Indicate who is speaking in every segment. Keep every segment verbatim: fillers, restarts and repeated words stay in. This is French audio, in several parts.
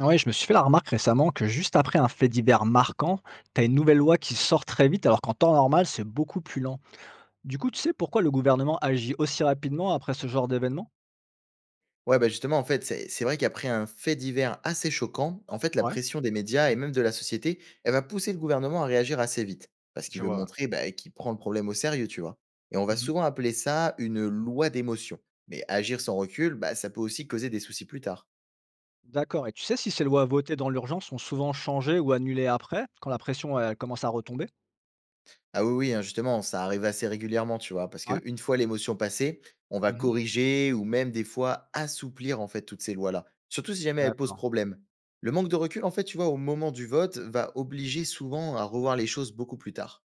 Speaker 1: Ouais, je me suis fait la remarque récemment que juste après un fait divers marquant, t'as une nouvelle loi qui sort très vite alors qu'en temps normal, c'est beaucoup plus lent. Du coup, tu sais pourquoi le gouvernement agit aussi rapidement après ce genre d'événement?
Speaker 2: Ouais, bah, justement, en fait, c'est c'est vrai qu'après un fait divers assez choquant, en fait, la
Speaker 1: Ouais,
Speaker 2: pression des médias et même de la société, elle va pousser le gouvernement à réagir assez vite, parce
Speaker 1: je
Speaker 2: qu'il veut
Speaker 1: vois.
Speaker 2: montrer bah, qu'il prend le problème au sérieux, tu vois. Et on va
Speaker 1: Mhm.
Speaker 2: souvent appeler ça une loi d'émotion. Mais agir sans recul, bah, ça peut aussi causer des soucis plus tard.
Speaker 1: D'accord. Et tu sais si ces lois votées dans l'urgence sont souvent changées ou annulées après, quand la pression elle commence à retomber?
Speaker 2: Ah oui, oui, hein, justement, ça arrive assez régulièrement, tu vois, parce
Speaker 1: Ouais.
Speaker 2: qu'une fois l'émotion passée, on va
Speaker 1: Mhm.
Speaker 2: corriger ou même des fois assouplir en fait toutes ces lois-là, surtout si jamais elles posent
Speaker 1: D'accord.
Speaker 2: problème. Le manque de recul, en fait, tu vois, au moment du vote, va obliger souvent à revoir les choses beaucoup plus tard.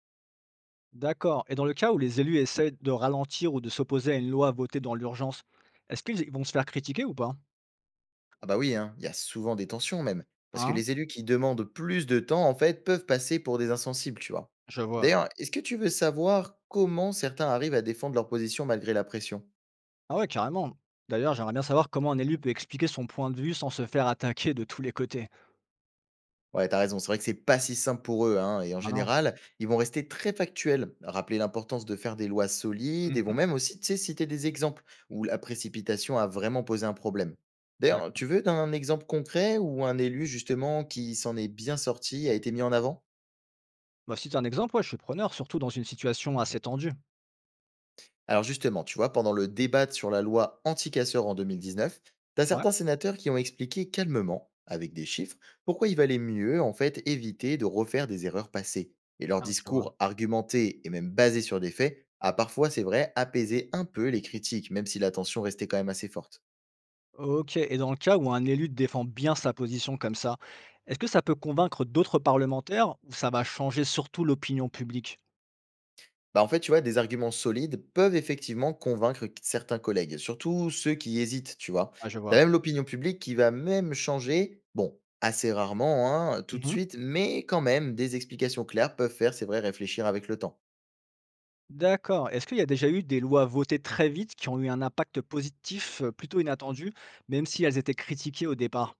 Speaker 1: D'accord. Et dans le cas où les élus essaient de ralentir ou de s'opposer à une loi votée dans l'urgence, est-ce qu'ils vont se faire critiquer ou pas?
Speaker 2: Ah bah oui, hein, il y a souvent des tensions même, parce que
Speaker 1: Hein,
Speaker 2: les élus qui demandent plus de temps, en fait, peuvent passer pour des insensibles, tu vois.
Speaker 1: je vois.
Speaker 2: D'ailleurs, est-ce que tu veux savoir comment certains arrivent à défendre leur position malgré la pression?
Speaker 1: Ah ouais, carrément. D'ailleurs, j'aimerais bien savoir comment un élu peut expliquer son point de vue sans se faire attaquer de tous les côtés.
Speaker 2: Ouais, t'as raison, c'est vrai que c'est pas si simple pour eux, hein, et en
Speaker 1: Ah non.
Speaker 2: général, ils vont rester très factuels, rappeler l'importance de faire des lois solides et vont
Speaker 1: Mhm,
Speaker 2: même aussi, tu sais, citer des exemples où la précipitation a vraiment posé un problème. D'ailleurs,
Speaker 1: d'accord.
Speaker 2: tu veux un exemple concret où un élu, justement, qui s'en est bien sorti, a été mis en avant?
Speaker 1: Bah, si t'as un exemple, ouais, je suis preneur, surtout dans une situation assez tendue.
Speaker 2: Alors justement, tu vois, pendant le débat sur la loi anti-casseurs en deux mille dix-neuf, t'as
Speaker 1: Ouais,
Speaker 2: certains sénateurs qui ont expliqué calmement, avec des chiffres, pourquoi il valait mieux en fait éviter de refaire des erreurs passées. Et leur
Speaker 1: ah, je vois.
Speaker 2: discours argumenté et même basé sur des faits a parfois, c'est vrai, apaisé un peu les critiques, même si la tension restait quand même assez forte.
Speaker 1: Ok, et dans le cas où un élu défend bien sa position comme ça, est-ce que ça peut convaincre d'autres parlementaires ou ça va changer surtout l'opinion publique?
Speaker 2: Bah, en fait, tu vois, des arguments solides peuvent effectivement convaincre qu- certains collègues, surtout ceux qui hésitent, tu vois.
Speaker 1: Ah, je
Speaker 2: T'as
Speaker 1: vois.
Speaker 2: même l'opinion publique qui va même changer, bon, assez rarement, hein, tout de
Speaker 1: Mhm.
Speaker 2: suite, mais quand même, des explications claires peuvent faire, c'est vrai, réfléchir avec le temps.
Speaker 1: D'accord. Est-ce qu'il y a déjà eu des lois votées très vite qui ont eu un impact positif euh, plutôt inattendu, même si elles étaient critiquées au départ?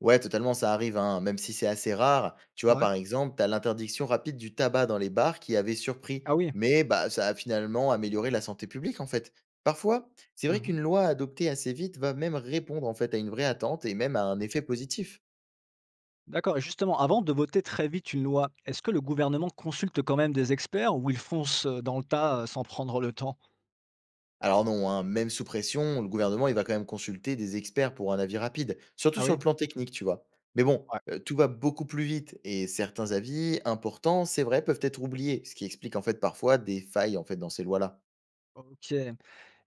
Speaker 2: Ouais, totalement, ça arrive, hein, même si c'est assez rare. Tu
Speaker 1: Ah
Speaker 2: vois,
Speaker 1: ouais.
Speaker 2: par exemple, t'as l'interdiction rapide du tabac dans les bars qui avait surpris,
Speaker 1: Ah oui.
Speaker 2: mais bah, ça a finalement amélioré la santé publique, en fait. Parfois, c'est vrai qu'une loi adoptée assez vite va même répondre en fait à une vraie attente et même à un effet positif.
Speaker 1: D'accord. Et justement, avant de voter très vite une loi, est-ce que le gouvernement consulte quand même des experts ou il fonce euh, dans le tas euh, sans prendre le temps?
Speaker 2: Alors non, hein, même sous pression, le gouvernement, il va quand même consulter des experts pour un avis rapide, surtout
Speaker 1: Ah
Speaker 2: sur
Speaker 1: oui?
Speaker 2: le plan technique, tu vois. Mais bon,
Speaker 1: Ouais.
Speaker 2: euh, tout va beaucoup plus vite et certains avis importants, c'est vrai, peuvent être oubliés, ce qui explique en fait parfois des failles en fait dans ces lois-là.
Speaker 1: Ok.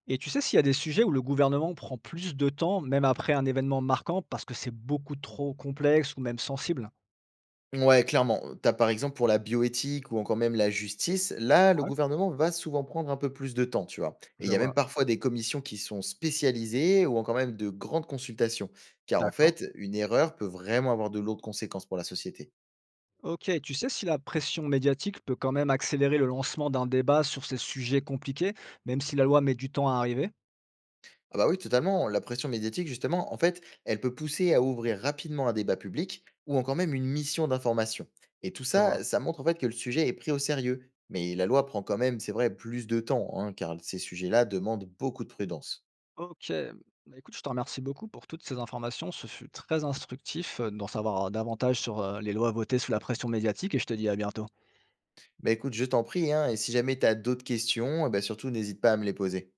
Speaker 1: Et tu sais s'il y a des sujets où le gouvernement prend plus de temps, même après un événement marquant, parce que c'est beaucoup trop complexe ou même sensible?
Speaker 2: Ouais, clairement. euh, T'as par exemple pour la bioéthique ou encore même la justice, là, le
Speaker 1: Ouais,
Speaker 2: gouvernement va souvent prendre un peu plus de temps, tu vois. Et
Speaker 1: je
Speaker 2: il y a
Speaker 1: vois.
Speaker 2: même parfois des commissions qui sont spécialisées ou encore même de grandes consultations, car en
Speaker 1: D'accord.
Speaker 2: fait, une erreur peut vraiment avoir de lourdes conséquences pour la société.
Speaker 1: Ok, tu sais si la pression médiatique peut quand même accélérer le lancement d'un débat sur ces sujets compliqués, même si la loi met du temps à arriver?
Speaker 2: Ah bah oui, totalement. La pression médiatique, justement, en fait, elle peut pousser à ouvrir rapidement un débat public ou encore même une mission d'information. Et tout
Speaker 1: Je vois.
Speaker 2: ça, ça montre en fait que le sujet est pris au sérieux. Mais la loi prend quand même, c'est vrai, plus de temps, hein, car ces sujets-là demandent beaucoup de prudence.
Speaker 1: OK. Bah, écoute, je te remercie beaucoup pour toutes ces informations. Ce fut très instructif, heu, d'en savoir, euh, davantage sur, heu, les lois votées sous la pression médiatique et je te dis à bientôt.
Speaker 2: Bah écoute, je t'en prie, hein, et si jamais tu as d'autres questions, eh ben surtout n'hésite pas à me les poser.